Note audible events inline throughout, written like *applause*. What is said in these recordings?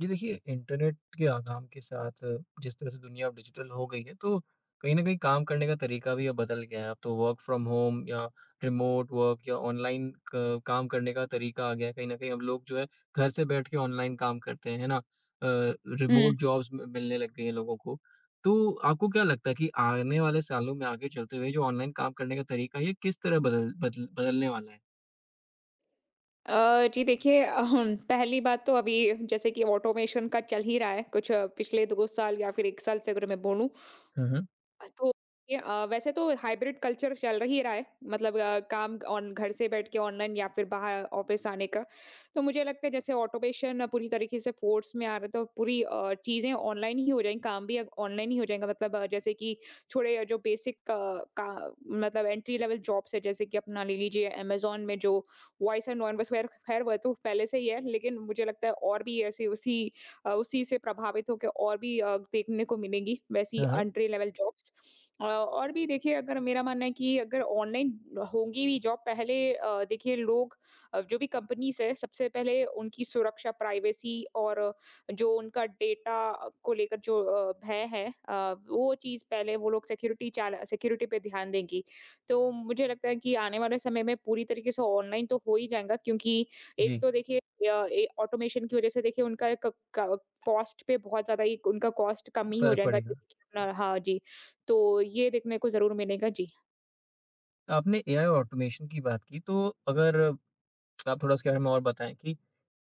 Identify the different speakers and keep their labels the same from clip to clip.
Speaker 1: जी देखिए, इंटरनेट के आगम के साथ जिस तरह से दुनिया अब डिजिटल हो गई है, तो कहीं न कहीं काम करने का तरीका भी अब बदल गया है। अब तो वर्क फ्रॉम होम या रिमोट वर्क या ऑनलाइन क काम करने का तरीका आ गया है। कहीं न कहीं हम लोग जो है घर से बैठ के ऑनलाइन काम करते हैं, है ना?
Speaker 2: हुँ।
Speaker 1: रिमोट जॉब्स म मिलने लग गई हैं लोगों को। तो आपको क्या लगता है कि आने वाले सालों में आगे चलते हुए जो ऑनलाइन काम करने का तरीका है, ये किस तरह बदल बदल बदलने वाला है?
Speaker 2: अ, जी देखिए पहली बात तो अभी जैसे कि ऑटोमेशन का चल ही रहा है, कुछ पिछले 2 साल या फिर 1 साल से अगर मैं बोलूँ,
Speaker 1: हुँ, हुँ।
Speaker 2: तो ये वैसे तो हाइब्रिड कल्चर चल रही रहा है मतलब काम ऑन घर से बैठ के ऑनलाइन या फिर बाहर ऑफिस आने का। तो मुझे लगता है जैसे ऑटोमेशन पूरी तरीके से फोर्स में आ रहा है तो पूरी चीज़ें ऑनलाइन ही हो जाएँगी, काम भी अब ऑनलाइन ही हो जाएगा मतलब जैसे कि थोड़े जो बेसिक का मतलब एंट्री लेवल जॉब्स है जैसे कि अपना ले लीजिए अमेज़न में जो वॉइस एंड नॉन वॉइस खैर खैर वह तो पहले से ही है, लेकिन मुझे लगता है और भी ऐसी उसी उसी से प्रभावित होके और भी देखने को मिलेंगी वैसी
Speaker 1: हाँ, हाँ।
Speaker 2: Entry level jobs. और भी देखिए अगर मेरा मानना है कि अगर ऑनलाइन होंगी भी जॉब पहले देखिए लोग जो भी कंपनीज़ है सबसे पहले उनकी सुरक्षा, प्राइवेसी और जो उनका डेटा को लेकर जो भय है वो चीज़ पहले वो लोग सिक्योरिटी पे ध्यान देंगी। तो मुझे लगता है कि आने वाले समय में पूरी तरीके से ऑनलाइन तो हो ही जाएगा क्योंकि एक
Speaker 1: जी,
Speaker 2: तो देखिए या ए ऑटोमेशन की वज़ह से देखिए उनका एक क क कॉस्ट पे बहुत ज़्यादा ही उनका कॉस्ट कम ही हो
Speaker 1: फ़र्क
Speaker 2: जाएगा
Speaker 1: पड़ेगा।
Speaker 2: जैसे कि अपना हाँ जी, तो ये देखने को ज़रूर मिलेगा। जी।
Speaker 1: आपने एआई ऑटोमेशन की बात की, तो अगर तो आप थोड़ा उसके बारे में और बताएँ कि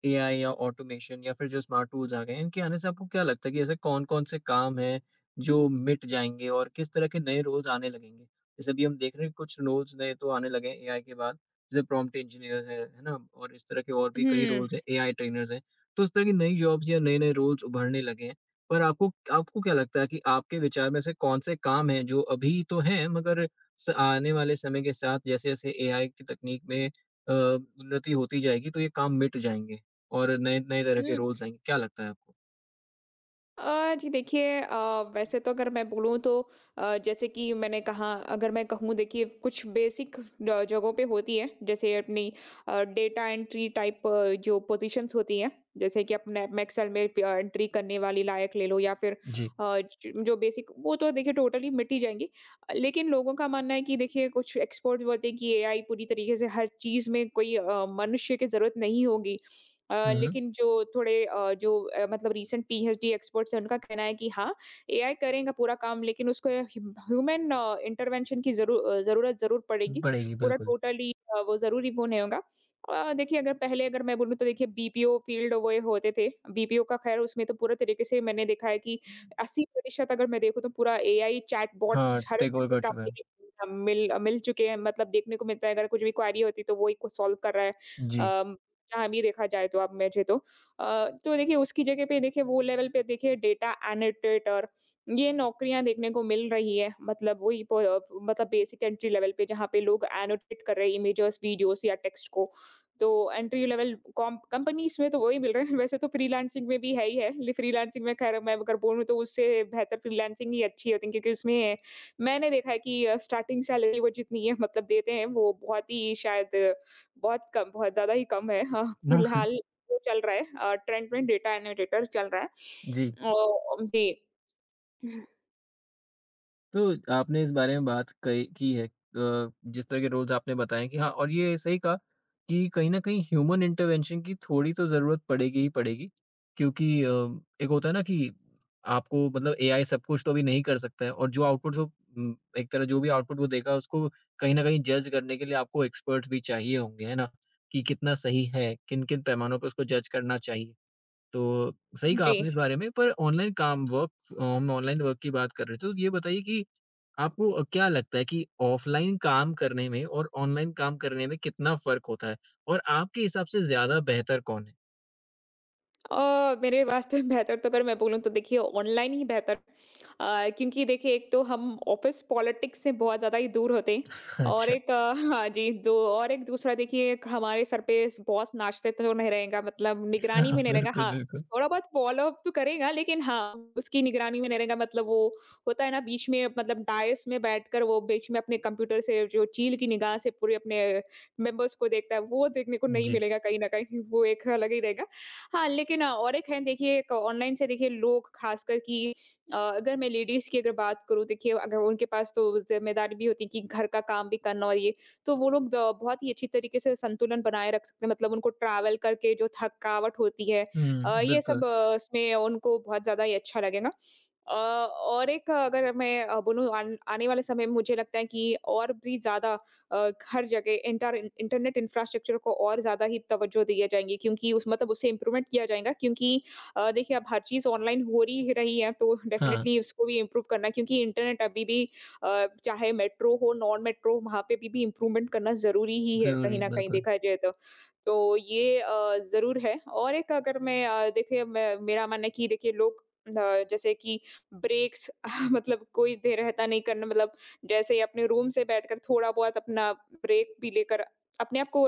Speaker 1: एआई या ऑटोमेशन या फिर जो स्मार्ट टूल्स आ गए हैं, इनके आने से आपको क्या लगता है कि ऐसे कौन-कौन से काम हैं जो मिट जाएँगे और किस तरह के नए रोल्स आने लगेंगे? जैसे अभी हम देख रहे हैं कि कुछ रोल्स नए तो आने लगे हैं एआई के बाद, जैसे प्रॉम्प्ट इंजीनियर है ना? और इस तरह के और भी कई
Speaker 2: हुँ।
Speaker 1: रोल्स हैं, एआई ट्रेनर्स हैं। तो इस तरह की नई जॉब्स या नए-नए रोल्स उभरने लगे हैं। पर आपको आपको क्या लगता है कि आपके विचार में से कौन से काम हैं जो अभी तो हैं मगर स आने वाले समय के साथ जैसे-जैसे एआई की तकनीक में उन्नति होती जाएगी तो ये काम मिट जाएँगे और नए नए तरह के
Speaker 2: हुँ।
Speaker 1: रोल्स आएँगे। क्या लगता है आपको?
Speaker 2: जी देखिए वैसे तो अगर मैं बोलूँ तो जैसे कि मैंने कहा अगर मैं कहूँ देखिए कुछ बेसिक जगहों पे होती है जैसे अपनी डेटा एंट्री टाइप जो पोजीशंस होती हैं जैसे कि अपने अपने एक्सेल में एंट्री करने वाली लायक ले लो या फिर
Speaker 1: जी।
Speaker 2: जो बेसिक वो तो देखिए टोटली मिटी जाएंगी लेकिन लोगों का मानना है कि देखिए कुछ एक्सपर्ट बोलते हैं कि एआई पूरी तरीके से हर चीज़ में कोई मनुष्य की ज़रूरत नहीं होगी
Speaker 1: हुँ, हुँ।
Speaker 2: लेकिन जो थोड़े जो मतलब रीसेंट पीएचडी एक्सपर्ट्स हैं, उनका कहना है कि हाँ, एआई करेगा पूरा काम लेकिन उसको ह्यूमन इंटरवेंशन की ज़रूरत ज़रूर पड़ेगी।
Speaker 1: बढ़ेगी
Speaker 2: पूरा
Speaker 1: बिल्कुल।
Speaker 2: टोटली वो ज़रूरी वो नहीं होगा। देखिए अगर पहले अगर मैं बोलूँ तो देखिए बीपीओ फ़ील्ड वो ये होते थे। बीपीओ का ख़ैर उसमें तो पूरा तरीके से मैंने देखा है कि 80% अगर मैं देखूँ तो पूरा एआई
Speaker 1: हाँ,
Speaker 2: चैटबॉट्स हर
Speaker 1: टेक ओवर
Speaker 2: जगह
Speaker 1: कर चुका है।
Speaker 2: काफ़ी मिल मिल चुके हैं। मतलब देखने को मिलता है अगर कुछ भी क्वेरी होती है तो वो ही को सॉल्व कर रहा है।
Speaker 1: जी।
Speaker 2: अम जहाँ भी देखा जाए तो अब मुझे तो तो देखिए उसकी जगह पे देखिए वो लेवल पे देखिए डेटा एनालिटेटर ये नौकरियां देखने को मिल रही है मतलब मतलब बेसिक एंट्री लेवल पे जहाँ पे लोग एनोटेट कर रहे हैं इमेजेस वीडियोस या टेक्स्ट को तो एंट्री लेवल कंपनीज में तो वही मिल रहा है *laughs* वैसे तो फ्रीलांसिंग में भी है ही है फ्रीलांसिंग में खैर मैं अगर बोलूँ तो उससे बेहतर फ्रीलांसिंग ही अच्छी होती है क्योंकि उसमें मैंने देखा है कि स्टार्टिंग सैलरी वो जितनी है मतलब देते हैं वो बहुत ही शायद बहुत कम बहुत ज़्यादा ही कम है। हाँ,
Speaker 1: *laughs*
Speaker 2: फिलहाल वो चल रहा है ट्रेंड में डेटा एनालिटिटर चल रहा है।
Speaker 1: जी।
Speaker 2: अ, जी,
Speaker 1: तो आपने इस बारे में बात कही की है जिस तरह के रोल्स आपने बताए कि हाँ और ये सही कहा कि कहीं न कहीं ह्यूमन इंटरवेंशन की थोड़ी तो ज़रूरत पड़ेगी ही पड़ेगी क्योंकि एक होता है ना कि आपको मतलब एआई सब कुछ तो अभी नहीं कर सकता है और जो आउटपुट्स वो एक तरह जो भी आउटपुट वो देगा उसको कहीं न कहीं जज करने के लिए आपको एक्सपर्ट्स भी चाहिए होंगे, है ना? कि कितना सही है, किन-किन पैमानों पे उसको जज करना चाहिए। तो सही कहा
Speaker 2: जी।
Speaker 1: आपने इस बारे में पर ऑनलाइन काम वर्क हम ऑनलाइन वर्क की बात कर रहे थे तो ये बताइए कि आपको क्या लगता है कि ऑफलाइन काम करने में और ऑनलाइन काम करने में कितना फर्क होता है और आपके हिसाब से ज्यादा बेहतर कौन है?
Speaker 2: मेरे वास्ते बेहतर तो अगर मैं बोलूँ तो देखिए ऑनलाइन ही बेहतर क्योंकि देखिए एक तो हम ऑफिस पॉलिटिक्स से बहुत ज़्यादा ही दूर होते हैं
Speaker 1: *laughs*
Speaker 2: और
Speaker 1: अच्छा।
Speaker 2: एक हाँ जी, दो और एक दूसरा देखिए एक हमारे सर पे स बॉस नाचते तो नहीं रहेगा मतलब निगरानी
Speaker 1: हाँ,
Speaker 2: में नहीं रहेगा।
Speaker 1: बिल्कुल,
Speaker 2: हाँ,
Speaker 1: बिल्कुल।
Speaker 2: थोड़ा बहुत फ़ॉलो-अप तो करेगा लेकिन हाँ, उसकी निगरानी में नहीं रहेगा मतलब वो होता है ना बीच में मतलब डायस में बैठकर वो बीच में अपने कंप्यूटर से जो चील की निगाह से पूरे अपने मेंबर्स को देखता है, वो देखने को नहीं
Speaker 1: जी।
Speaker 2: मिलेगा कहीं न कहीं, वो एक अलग ही रहेगा। हाँ, लेकिन और एक है देखिए एक ऑनलाइन से देखिए लोग ख़ासकर कि अगर मैं लेडीज़ की अगर बात करूँ देखिए अगर उनके पास तो ज़िम्मेदारी भी होती है कि घर का काम भी करना और ये, तो वो लोग द बहुत ही अच्छी तरीके से संतुलन बनाए रख सकते हैं मतलब उनको ट्रैवल करके जो थकावट होती है
Speaker 1: हुँ,
Speaker 2: ये
Speaker 1: बिल्कुल।
Speaker 2: सब इसमें उनको बहुत ज़्यादा ही अच्छा लगेगा। और एक अगर मैं बोलूँ आन आने वाले समय में मुझे लगता है कि और भी ज़्यादा हर जगह इंटरनेट इंफ्रास्ट्रक्चर को और ज़्यादा ही तवज्जो दिया जाएँगी क्योंकि उस मतलब उससे इम्प्रूवमेंट किया जाएगा क्योंकि देखिए अब हर चीज़ ऑनलाइन हो रही है तो
Speaker 1: हाँ,
Speaker 2: डेफ़िनेटली उसको भी इम्प्रूव करना है क्योंकि इंटरनेट अभी भी चाहे मेट्रो हो, नॉन मेट्रो वहाँ पे भी इम्प्रूवमेंट करना ज़रूरी ही है
Speaker 1: ज़रूरी
Speaker 2: कहीं
Speaker 1: है
Speaker 2: न कहीं
Speaker 1: बिल्कुल।
Speaker 2: देखा जाए तो। तो ये ज़रूर है और एक अगर मैं देखिए मैं मेरा मानना है कि देखिए लोग जैसे कि ब्रेक्स *laughs* मतलब कोई देर रहता नहीं करना मतलब जैसे ही अपने रूम से बैठकर थोड़ा बहुत अपना ब्रेक भी लेकर अपने आप को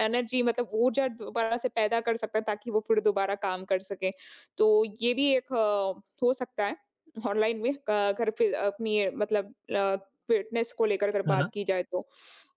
Speaker 2: एनर्जी मतलब ऊर्जा दोबारा से पैदा कर सकता है ताकि वो फिर दोबारा काम कर सके। तो ये भी एक हो सकता है ऑनलाइन में घर पे अपनी मतलब फिटनेस को लेकर अगर
Speaker 1: हाँ,
Speaker 2: बात
Speaker 1: हाँ।
Speaker 2: की जाए तो।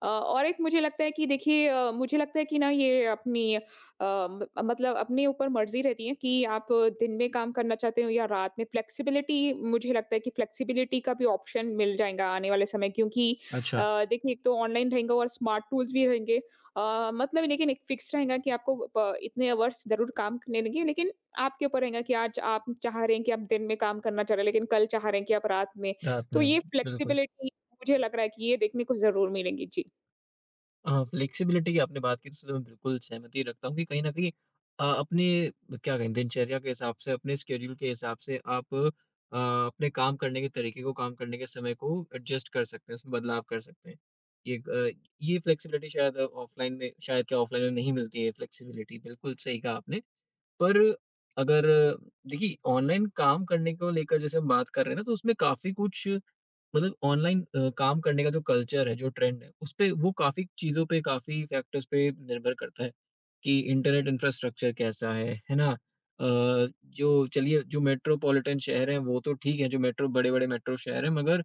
Speaker 2: और एक मुझे लगता है कि देखिए मुझे लगता है कि ना ये अपनी अ, म मतलब अपने ऊपर मर्ज़ी रहती है कि आप दिन में काम करना चाहते हो या रात में फ्लेक्सिबिलिटी मुझे लगता है कि फ्लेक्सिबिलिटी का भी ऑप्शन मिल जाएगा आने वाले समय क्योंकि अ,
Speaker 1: अच्छा,
Speaker 2: देखिए एक तो ऑनलाइन रहेगा और स्मार्ट टूल्स भी रहेंगे। मतलब लेकिन एक फिक्स रहेगा कि आपको प इतने आवर्स ज़रूर काम करने रहेंगे, लेकिन आपके ऊपर रहेगा कि आज आप चाह रहे हैं कि आप दिन में काम करना चाह रहे हैं, लेकिन कल चाह रहे हैं कि आप रात में।
Speaker 1: रात
Speaker 2: तो
Speaker 1: में
Speaker 2: ये
Speaker 1: बिल्कुल।
Speaker 2: फ्लेक्सिबिलिटी मुझे लग रहा है कि ये देखने को ज़रूर मिलेंगी।
Speaker 1: फ्लेक्सिबिलिटी की आपने बात की इससे तो मैं बिल्कुल सहमति रखता हूँ कि कहीं न कहीं अपने क्या कहें दिनचर्या के हिसाब से, अपने स्केड्यूल के हिसाब से आप अपने काम करने के तरीके को, काम करने के समय को एडजस्ट कर सकते हैं, उसमें बदलाव कर सकते हैं। ये अ, ये फ्लेक्सिबिलिटी शायद ऑफ़लाइन में शायद क्या ऑफ़लाइन में नहीं मिलती है फ्लेक्सिबिलिटी, बिल्कुल सही कहा आपने। पर अगर देखिए ऑनलाइन काम करने को लेकर जैसे हम बात कर रहे हैं ना, तो उसमें काफ़ी कुछ मतलब ऑनलाइन काम करने का जो कल्चर है, जो ट्रेंड है, उसपे वो काफ़ी चीज़ों पे, काफ़ी फैक्टर्स पे निर्भर करता है, कि इंटरनेट इंफ्रास्ट्रक्चर कैसा है ना? अ, जो चलिए जो मेट्रोपॉलिटन शहर हैं, वो तो ठीक है, जो मेट्रो बड़े-बड़े मेट्रो शहर हैं, मगर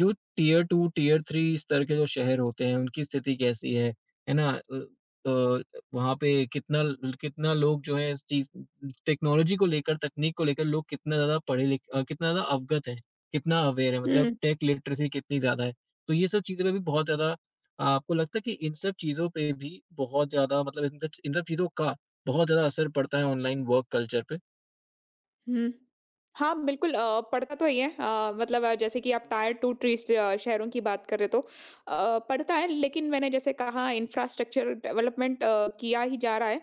Speaker 1: जो टियर 2, टियर 3 स्तर के जो शहर होते हैं, उनकी स्थिति कैसी है ना? अ, वहाँ पे कितना लोग जो है इस चीज़ टेक्नोलॉजी को लेकर, तकनीक को लेकर लोग कितना ज़्यादा कितना ज़्यादा अवगत हैं। कितना अवेयर है मतलब
Speaker 2: जी।
Speaker 1: टेक लिटरेसी कितनी ज़्यादा है। तो ये सब चीज़ों पे भी बहुत ज़्यादा आपको लगता है कि इन सब चीज़ों पे भी बहुत ज़्यादा मतलब इन सब चीज़ों का बहुत ज़्यादा असर पड़ता है ऑनलाइन वर्क कल्चर पे?
Speaker 2: हुँ। हाँ, बिल्कुल पड़ता तो ही है मतलब जैसे कि आप टायर 2 ट्रीज़ शहरों की बात कर रहे तो पड़ता है लेकिन मैंने जैसे कहा इंफ्रास्ट्रक्चर डेवलपमेंट किया ही जा रहा है।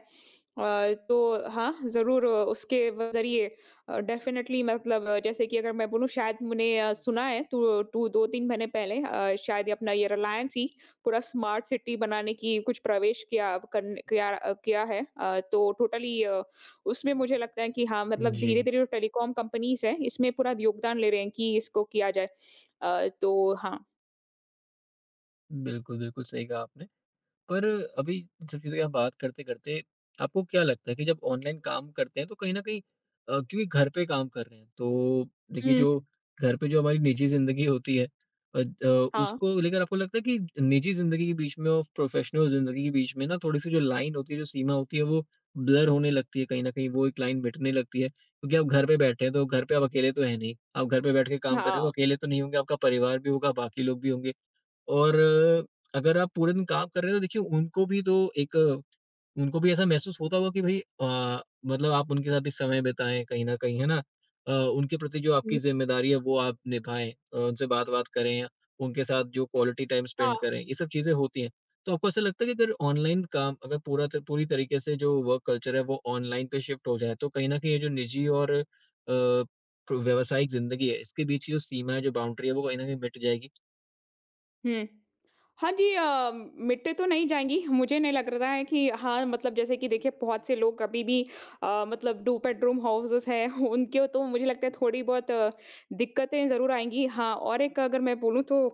Speaker 2: तो हाँ, ज़रूर उसके व ज़रिए डेफ़िनेटली मतलब जैसे कि अगर मैं बोलूँ शायद मैंने सुना है तो टू 2-3 महीने पहले शायद ये अपना ये रिलायंस ही पूरा स्मार्ट सिटी बनाने की कुछ प्रवेश किया करन किया किया है। तो टोटली उसमें मुझे लगता है कि हाँ, मतलब
Speaker 1: जी।
Speaker 2: धीरे-धीरे जो टेलीकॉम कंपनीज़ हैं, इसमें पूरा योगदान ले रहे हैं कि इसको किया जाए। तो हाँ।
Speaker 1: बिल्कुल, बिल्कुल सही कहा आपने। पर अभी इन सब चीज़ों की हम बात करते-करते आपको क्या लगता है कि जब ऑनलाइन काम करते हैं तो कहीं न कहीं क्योंकि घर पे काम कर रहे हैं तो देखिए
Speaker 2: हुँ,
Speaker 1: जो घर पे जो हमारी निजी ज़िंदगी होती है
Speaker 2: हाँ,
Speaker 1: उसको लेकर आपको लगता है कि निजी ज़िंदगी के बीच में और प्रोफ़ेशनल ज़िंदगी के बीच में ना थोड़ी-सी जो लाइन होती है, जो सीमा होती है वो ब्लर होने लगती है कहीं न कहीं वो एक लाइन मिटने लगती है क्योंकि आप घर पे बैठे हैं तो घर पे आप अकेले तो हैं नहीं। आप घर पे बैठ के काम कर रहे
Speaker 2: हाँ।
Speaker 1: हैं तो अकेले तो नहीं होंगे, आपका परिवार भी होगा, बाकी लोग भी होंगे। और अगर आप पूरे दिन काम कर रहे हो तो देखिए उनको भी तो एक उनको भी ऐसा महसूस होता होगा कि भाई मतलब आप उनके साथ भी समय बिताएं कहीं न कहीं, है ना? उनके प्रति जो
Speaker 2: हुँ,
Speaker 1: आपकी ज़िम्मेदारी है वो आप निभाएँ उनसे बात-वात करें, उनके साथ जो क्वालिटी टाइम
Speaker 2: हाँ,
Speaker 1: स्पेंड करें, ये सब चीज़ें होती हैं। तो आपको ऐसा लगता है कि अगर ऑनलाइन काम अगर पूरा त पूरी तरीके से जो वर्क कल्चर है वो ऑनलाइन पे शिफ्ट हो जाए, तो कहीं न कहीं ये जो निजी और प्र व्यावसायिक ज़िंदगी है, इसके बीच की जो सीमा है, जो बाउंड्री है, वो कहीं न कहीं मिट जाएगी?
Speaker 2: हुँ। हाँ जी मिट्टे तो नहीं जाएँगी। मुझे नहीं लग रहा है कि हाँ, मतलब जैसे कि देखिए बहुत से लोग अभी भी मतलब 2 बेडरूम हाउसेज़ हैं, *laughs* उनके तो मुझे लगता है थोड़ी बहुत दिक्कतें ज़रूर आएँगी। हाँ, और एक अगर मैं बोलूँ तो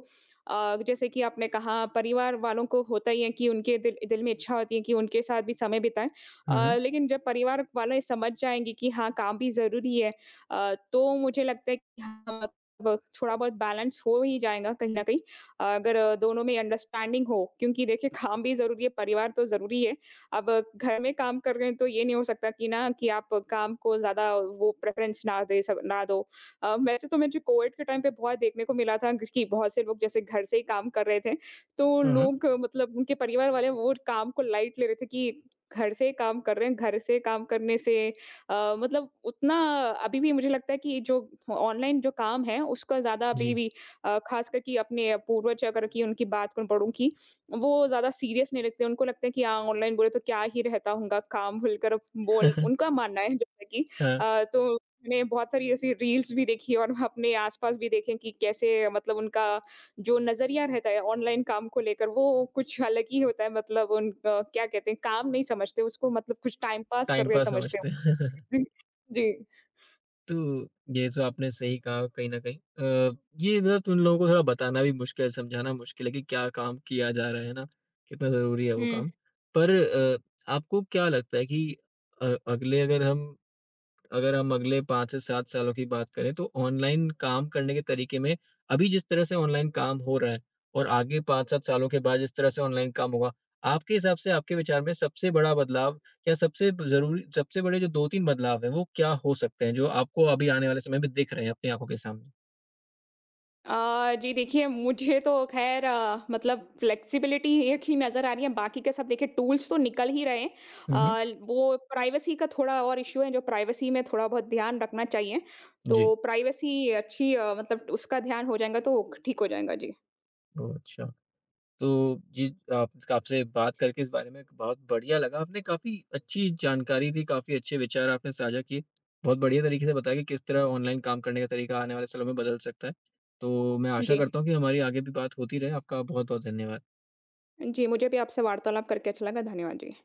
Speaker 2: जैसे कि आपने कहा परिवार वालों को होता ही है कि उनके दिल दिल में इच्छा होती है कि उनके साथ भी समय बिताएँ।
Speaker 1: हुँ, हुँ।
Speaker 2: लेकिन जब परिवार वाले समझ जाएँगे कि हाँ, काम भी ज़रूरी है तो मुझे लगता है कि हाँ, मतलब थोड़ा बहुत बैलेंस हो ही जाएगा कहीं न कहीं। अगर दोनों में अंडरस्टैंडिंग हो क्योंकि देखिए काम भी ज़रूरी है, परिवार तो ज़रूरी है। अब घर में काम कर रहे हैं तो ये नहीं हो सकता कि ना कि आप काम को ज़्यादा वो प्रेफ़रेंस ना दे सक ना दो। वैसे तो मुझे कोविड के टाइम पे बहुत देखने को मिला था कि बहुत से लोग जैसे घर से ही काम कर रहे थे, तो
Speaker 1: हुँ, हुँ।
Speaker 2: लोग मतलब उनके परिवार वाले वो काम को लाइट ले रहे थे कि घर से ही काम कर रहे हैं, घर से काम करने से मतलब उतना अभी भी मुझे लगता है कि जो ऑनलाइन जो काम है उसका ज़्यादा अभी
Speaker 1: जी।
Speaker 2: भी खासकर कि अपने पूर्वज अगर की उनकी बात करूँ बड़ों की, वो ज़्यादा सीरियस नहीं लगते, उनको लगता है कि हाँ, ऑनलाइन बोले तो क्या ही रहता होगा, काम भूलकर अब बोल
Speaker 1: *laughs*
Speaker 2: उनका मानना है जैसे कि
Speaker 1: हाँ,
Speaker 2: तो मैंने बहुत सारी ऐसी रील्स भी देखी और अपने आस-पास भी देखे कि कैसे मतलब उनका जो नज़रिया रहता है ऑनलाइन काम को लेकर वो कुछ अलग ही होता है मतलब उन क्या कहते हैं काम नहीं समझते उसको मतलब कुछ टाइम पास कर
Speaker 1: टाइम
Speaker 2: रहे
Speaker 1: पास
Speaker 2: समझते हैं
Speaker 1: समझते हैं। *laughs*
Speaker 2: वो लोग। *laughs* जी।
Speaker 1: तो ये तो आपने सही कहा कहीं न कहीं। ये मतलब उन लोगों को थोड़ा बताना भी मुश्किल है, समझाना मुश्किल है कि क्या काम किया जा रहा है ना, कितना ज़रूरी है वो
Speaker 2: हुँ।
Speaker 1: काम। पर आपको क्या लगता है कि अगले अगर हम अगले 5 से 7 सालों की बात करें तो ऑनलाइन काम करने के तरीके में अभी जिस तरह से ऑनलाइन काम हो रहा है और आगे 5-7 सालों के बाद जिस तरह से ऑनलाइन काम होगा, आपके हिसाब से, आपके विचार में सबसे बड़ा बदलाव या सबसे ब ज़रूरी सबसे बड़े जो 2-3 बदलाव हैं, वो क्या हो सकते हैं, जो आपको अभी आने वाले समय में दिख रहे हैं अपनी आँखों के सामने?
Speaker 2: जी देखिए, मुझे तो ख़ैर मतलब फ्लेक्सिबिलिटी एक ही नज़र आ रही है, बाकी के सब देखिए टूल्स तो निकल ही रहे हैं।
Speaker 1: हुँ, हुँ।
Speaker 2: वो प्राइवेसी का थोड़ा और इश्यू है, जो प्राइवेसी में थोड़ा बहुत ध्यान रखना चाहिए। तो
Speaker 1: जी।
Speaker 2: प्राइवेसी अच्छी मतलब उसका ध्यान हो जाएगा तो ठीक हो जाएगा। जी।
Speaker 1: ओह! अच्छा। तो जी, आप आपसे बात करके इस बारे में बहुत बढ़िया लगा। आपने काफ़ी अच्छी जानकारी दी, काफ़ी अच्छे विचार आपने साझा किए। बहुत बढ़िया तरीके से बताया कि किस तरह ऑनलाइन काम करने का तरीका आने वाले सालों में बदल सकता है। तो मैं आशा
Speaker 2: जी।
Speaker 1: करता हूँ कि हमारी आगे भी बात होती रहे। आपका बहुत-बहुत धन्यवाद।
Speaker 2: जी, मुझे भी आपसे वार्तालाप करके अच्छा लगा। धन्यवाद जी।